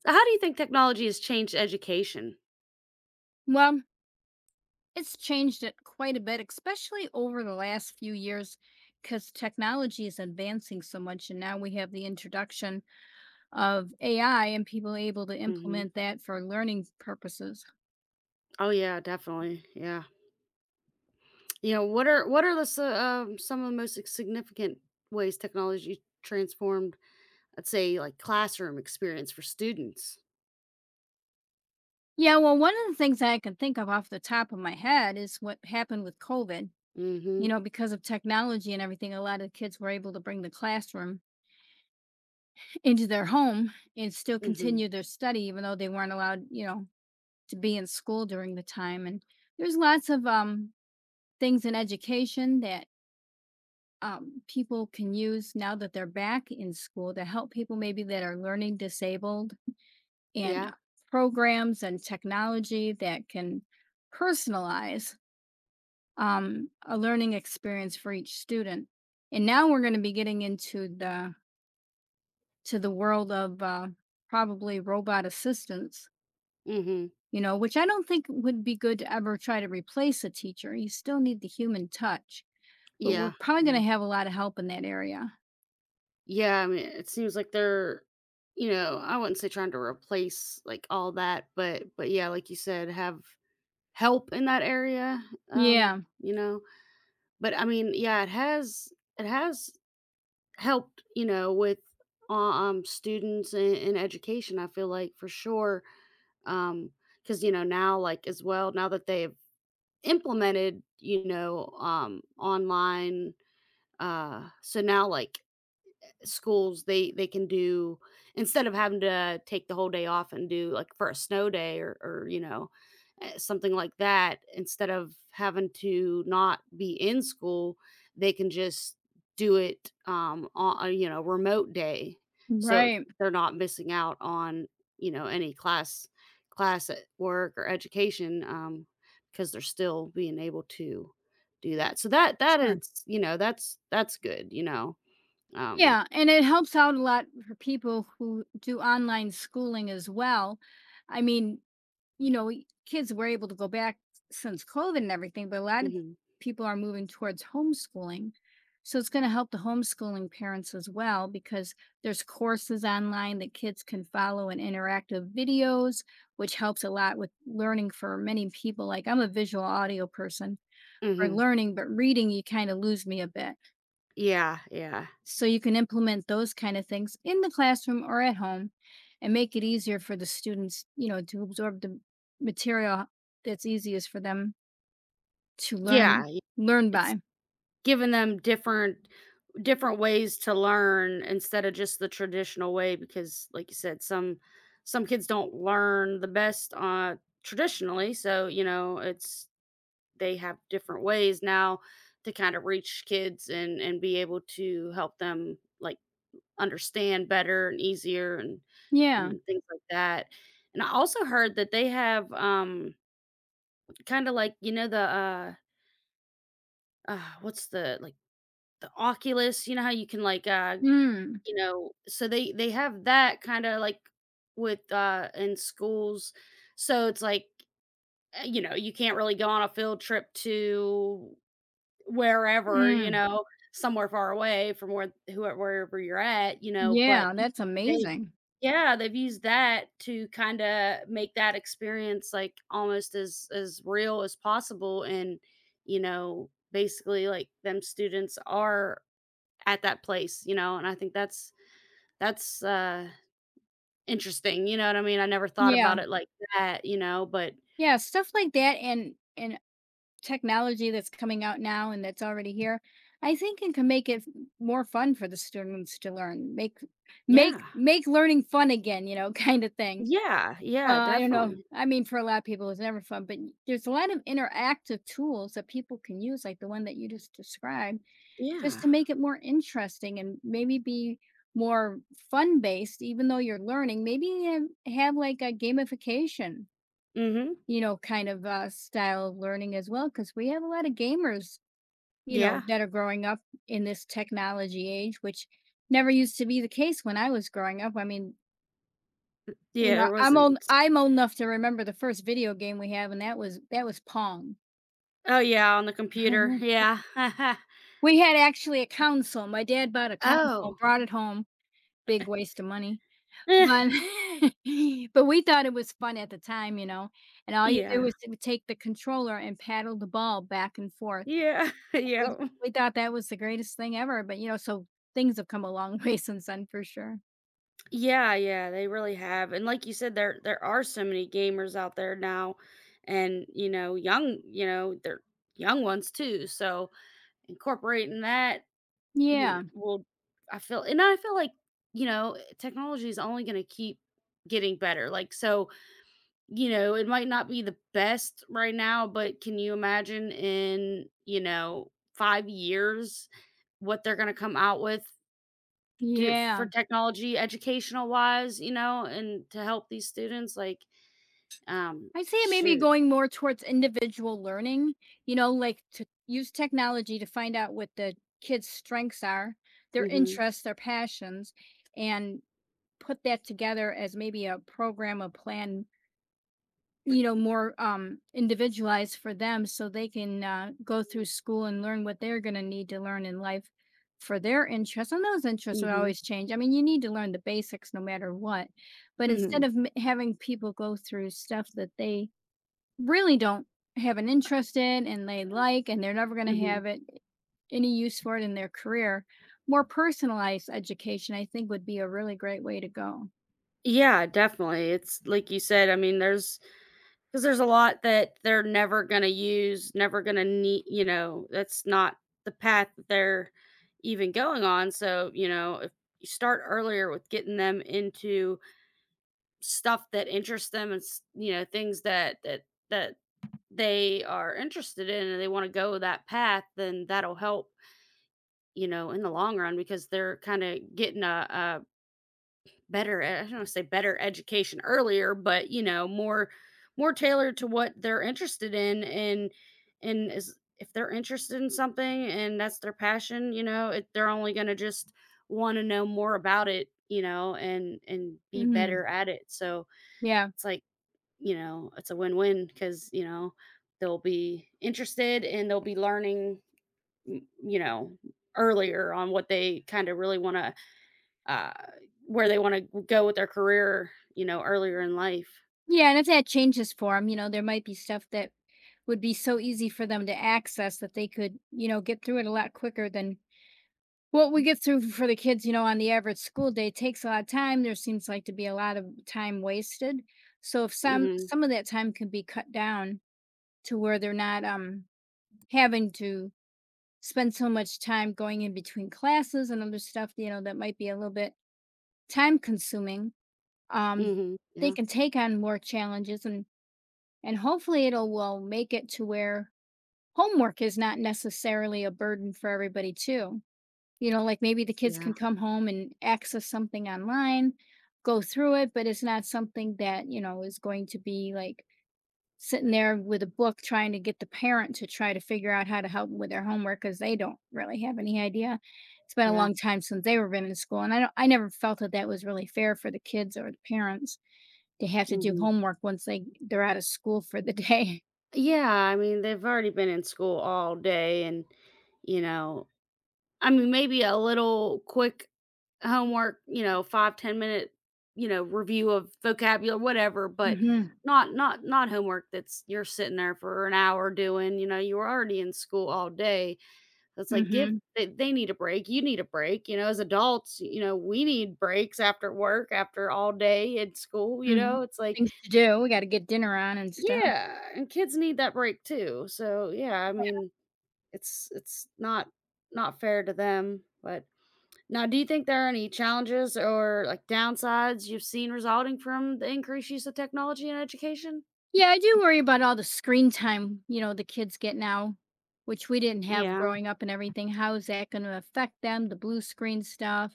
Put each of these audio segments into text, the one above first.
So how do you think technology has changed education? Well, it's changed it quite a bit, especially over the last few years, because technology is advancing so much. And now we have the introduction of AI and people able to Mhm. implement that for learning purposes. Oh yeah, definitely. Yeah. What are some of the most significant ways technology transformed, let's say, like classroom experience for students? Yeah, well, one of the things that I can think of off the top of my head is what happened with COVID. You Mhm. know, because of technology and everything, a lot of kids were able to bring the classroom into their home and still Mhm. continue their study, even though they weren't allowed, you know, to be in school during the time. And there's lots of things in education that people can use now that they're back in school to help people maybe that are learning disabled and Yeah. Programs and technology that can personalize a learning experience for each student, and now we're going to be getting into the world of probably robot assistants, Mhm. you know, which I don't think would be good to ever try to replace a teacher. You still need the human touch, but we're Yeah. probably going Yeah. to have a lot of help in that area. Yeah, I mean, it seems like they're, I wouldn't say trying to replace like all that, but yeah, like you said, have help in that area. Um, Yeah, you know, but I mean, yeah, it has helped, with students in education. I feel like for sure, um, because now, like as well, now that they've implemented, online, so now like schools they can do instead of having to take the whole day off and do like for a snow day or something like that instead of having to not be in school they can just do it on a remote day, so right. they're not missing out on any class at work or education, because they're still being able to do that, so that Sure. is that's good. um Yeah, and it helps out a lot for people who do online schooling as well. I mean, you know, kids were able to go back since COVID and everything, but a lot of Mhm, people are moving towards homeschooling. So it's going to help the homeschooling parents as well because there's courses online that kids can follow and interactive videos, which helps a lot with learning for many people. Like I'm a visual audio person for mhm. learning, but reading, you kind of lose me a bit. Yeah, yeah. So you can implement those kind of things in the classroom or at home and make it easier for the students, you know, to absorb the material that's easiest for them to learn, Yeah, learn it's by giving them different ways to learn instead of just the traditional way because like you said, some kids don't learn the best, traditionally, so, you know, it's they have different ways now to kind of reach kids and be able to help them, like, understand better and easier Yeah, and things like that, and I also heard that they have, kinda like, what's the like, the Oculus, you know how you can like, mm, so they have that kinda like with, in schools, so it's like, you can't really go on a field trip to wherever, you mm, know, somewhere far away from where whoever wherever you're at, you know, but yeah, that's they amazing. yeah, they've used that to kinda make that experience, like, almost as real as possible, and, basically, like, them students are at that place, you know, and I think that's interesting, you know what I mean? I never thought Yeah, about it like that, you know, but yeah, stuff like that, and technology that's coming out now and that's already here, I think it can make it more fun for the students to learn, make make yeah. make learning fun again, you know, kind of thing. Yeah, Well, yeah, I don't know. definitely. I mean, for a lot of people, it's never fun, but there's a lot of interactive tools that people can use, like the one that you just described, just Yeah. to make it more interesting and maybe be more fun based, even though you're learning. Maybe have like a gamification, Mhm. you know, kind of style of learning as well, because we have a lot of gamers, you know, Yeah. that are growing up in this technology age, which never used to be the case when I was growing up. I mean, you Yeah, know, there I'm wasn't. old I'm old enough to remember the first video game we have, and that was Pong. Oh, yeah, on the computer, yeah. We had actually a console, my dad bought a console, Oh. brought it home, big waste of money, but but we thought it was fun at the time, you know, and all you do Yeah. was to take the controller and paddle the ball back and forth. Yeah, We yeah. we thought that was the greatest thing ever, but, you know, so things have come a long way since then for sure. Yeah, yeah, they really have, and like you said, there are so many gamers out there now and, they're young ones too, so incorporating that, you Yeah, kn- will I feel like, technology is only gonna keep getting better, like, so, it might not be the best right now, but can you imagine in, 5 years what they're gonna come out with? Do yeah. for technology educational wise, and to help these students, like, um, I'd say maybe shoot. going more towards individual learning, you know, like to use technology to find out what the kids' strengths are, their Mhm, interests, their passions, and put that together as maybe a program, a plan, you know, more individualized for them so they can go through school and learn what they're going to need to learn in life for their interests. And those interests will mhm, always change. I mean, you need to learn the basics no matter what. But instead mhm, of having people go through stuff that they really don't have an interest in and they like and they're never going to mhm. have it any use for it in their career, more personalized education, I think, would be a really great way to go. Yeah, definitely. It's like you said, I mean, there's because there's a lot that they're never gonna use, never gonna need. That's not the path that they're even going on, so, if you start earlier with getting them into stuff that interests them and things that they are interested in and they want to go that path, then that'll help, in the long run because they're kind of getting a better, I don't want to say better education earlier, but more tailored to what they're interested in, and is if they're interested in something and that's their passion, they're only going to just want to know more about it, and be Hmm, better at it. So yeah. it's like it's a win-win because, they'll be interested and they'll be learning, m- you know, earlier on what they kind of really want uh, where they want to go with their career, earlier in life. Yeah, and if that changes for them, you know, there might be stuff that would be so easy for them to access that they could, you know, get through it a lot quicker than what we get through for the kids, you know, on the average school day. It takes a lot of time. There seems like to be a lot of time wasted, so if some Hmm. some of that time can be cut down to where they're not having to spend so much time going in between classes and other stuff, you know, that might be a little bit time consuming. um Hmm. they Yeah. can take on more challenges, and hopefully it'll will make it to where homework is not necessarily a burden for everybody too, you know, like maybe the kids Yeah. can come home and access something online, go through it, but it's not something that, you know, is going to be like sitting there with a book trying to get the parent to try to figure out how to help 'em with their homework because they don't really have any idea. It's been a Yeah. long time since they were been in school, and I never felt that that was really fair for the kids or the parents to have to do Hmm. homework once they're out of school for the day. Yeah. I mean, they've already been in school all day and, you know, I mean, maybe a little quick homework, 5-10 minute, review of vocabulary, whatever, but Mhm. not homework that's you're sitting there for an hour doing, you were already in school all day. It's like give Mhm. they, they need a break. You need a break. As adults, we need breaks after work, after all day at school, you Mhm. know. It's like, Things to do, we gotta get dinner on and stuff. yeah, and kids need that break too. So, yeah, I mean, it's not fair to them, but now, do you think there are any challenges or, like, downsides you've seen resulting from the increased use of technology in education? Yeah, I do worry about all the screen time, you know, the kids get now, which we didn't have Yeah, growing up and everything. How is that going to affect them? The blue screen stuff.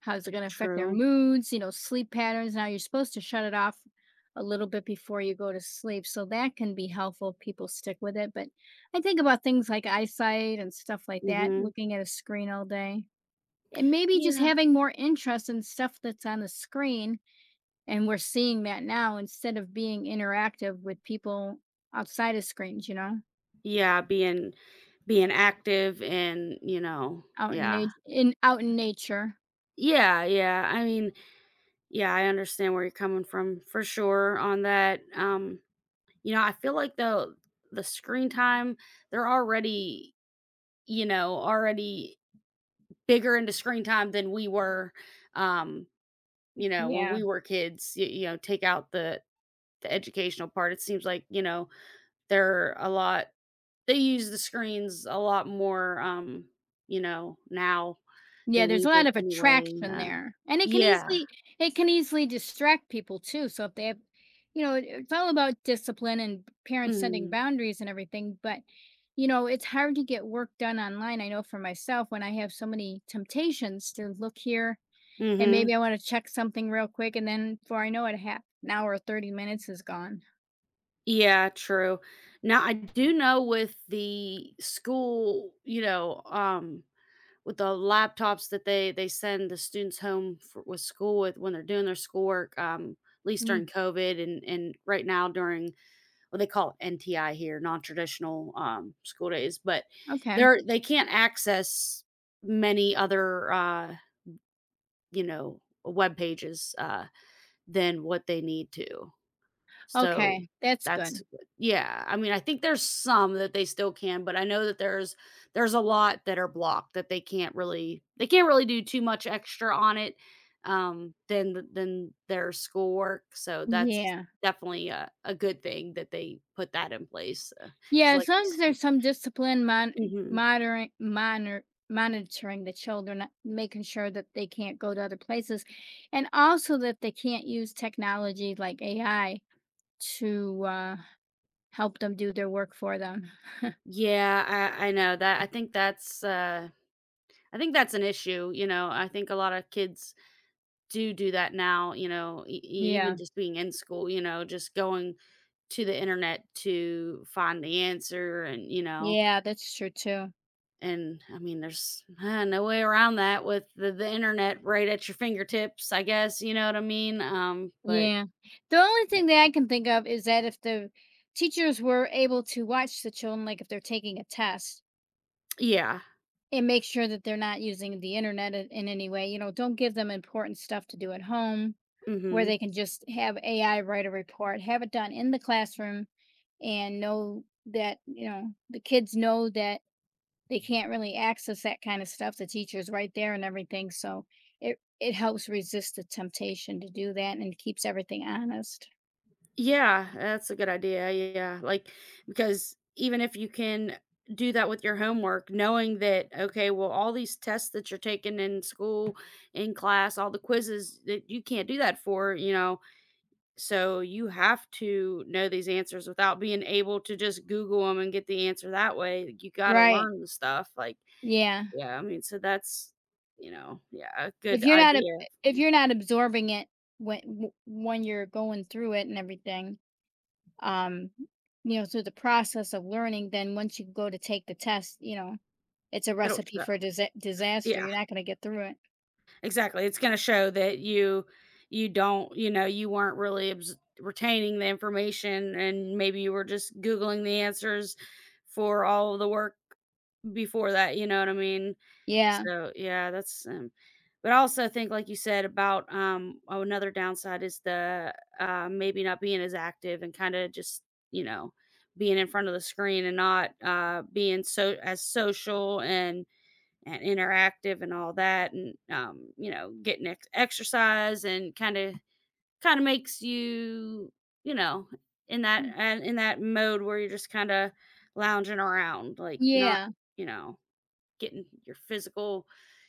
How's it going to affect their true. moods, you know, sleep patterns? Now you're supposed to shut it off a little bit before you go to sleep. So that can be helpful if people stick with it. But I think about things like eyesight and stuff like that, Mhm. looking at a screen all day. And maybe just Yeah. having more interest in stuff that's on the screen and we're seeing that now instead of being interactive with people outside of screens, you know, Yeah, being active and, yeah. Out in nature. Yeah, yeah, I mean, yeah, I understand where you're coming from for sure on that, I feel like the screen time, they're already, already bigger into screen time than we were, um when Yeah. we were kids, take out the educational part. It seems like, they're a lot they use the screens a lot more, now Yeah, than there's we a lot did of anyway. attraction there. And it can Yeah. easily it can easily distract people too. So if they have, you know, it's all about discipline and parents setting Mm. boundaries and everything, but you know, it's hard to get work done online. I know for myself when I have so many temptations to look here. And Mhm. maybe I wanna check something real quick, and then before I know it, half an hour or 30 minutes is gone. Yeah, true. Now I do know with the school, with the laptops that they send the students home for, with school with when they're doing their schoolwork, at least during Mm, COVID and right now during well, they call it NTI here, non-traditional, school days, but okay. they can't access many other, web pages, than what they need to. So, Okay, that's that's good. yeah, I mean, I think there's some that they still can, but I know that there's a lot that are blocked that they can't really do too much extra on it, than th than their schoolwork, so that's Yeah. definitely a good thing that they put that in place, 'cause Yeah, like as you long as said. there's some discipline, mon Mhm. modering monor monitoring the children, making sure that they can't go to other places, and also that they can't use technology like AI to, help them do their work for them. Yeah, I know that I think that's an issue, I think a lot of kids do that now, e e even Yeah. just being in school, just going to the internet to find the answer and, Yeah, that's true too. and I mean, there's, no way around that with the internet right at your fingertips, I guess, you know what I mean? But Yeah. The only thing that I can think of is that if the teachers were able to watch the children, like if they're taking a test, yeah, and make sure that they're not using the internet in any way, you know, don't give them important stuff to do at home where mhm. they can just have AI write a report, have it done in the classroom and know that, you know, the kids know that they can't really access that kind of stuff. The teacher's right there and everything. So it helps resist the temptation to do that and keeps everything honest. Yeah, that's a good idea. Yeah, like because even if you can do that with your homework, knowing that okay, well, all these tests that you're taking in school, in class, all the quizzes that you can't do that for, so you have to know these answers without being able to just Google them and get the answer that way. Like, you got to Right. learn the stuff. Like, Yeah. yeah, I mean, so yeah, a If good you're not ab idea. if you're not absorbing it when you're going through it and everything, um, you know, through the process of learning, then once you go to take the test, you know, it's a It'll recipe show. for disaster. Yeah. You're not gonna get through it. Exactly, it's gonna show that you you weren't really abs retaining the information and maybe you were just Googling the answers for all of the work before that, you know what I mean? Yeah. So, yeah, but I also think, like you said about, another downside is maybe not being as active and kinda just, you know, being in front of the screen and not, being as social and interactive and all that and getting exercise and kind of makes you you know in that Mm. and in that mode where you're just kind of lounging around like not Yeah. you know getting your physical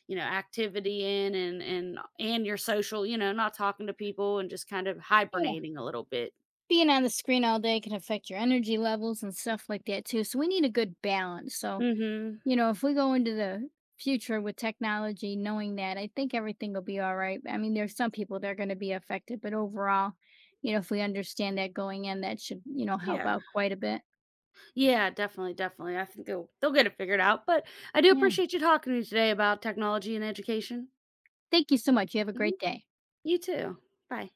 activity in and your social not talking to people and just kind of Yeah. hibernating a little bit. Being on the screen all day can affect your energy levels and stuff like that too, so we need a good balance, so Hmm. you know, if we go into the future with technology, knowing that, I think everything will be all right. I mean, there's some people that are going to be affected, but overall, you know, if we understand that going in, that should, you know, help Yeah. out quite a bit. Yeah, definitely, definitely. I think they'll get it figured out. But I do Yeah. appreciate you talking to me today about technology and education. Thank you so much. You have a great Mhm. day. You too. Bye.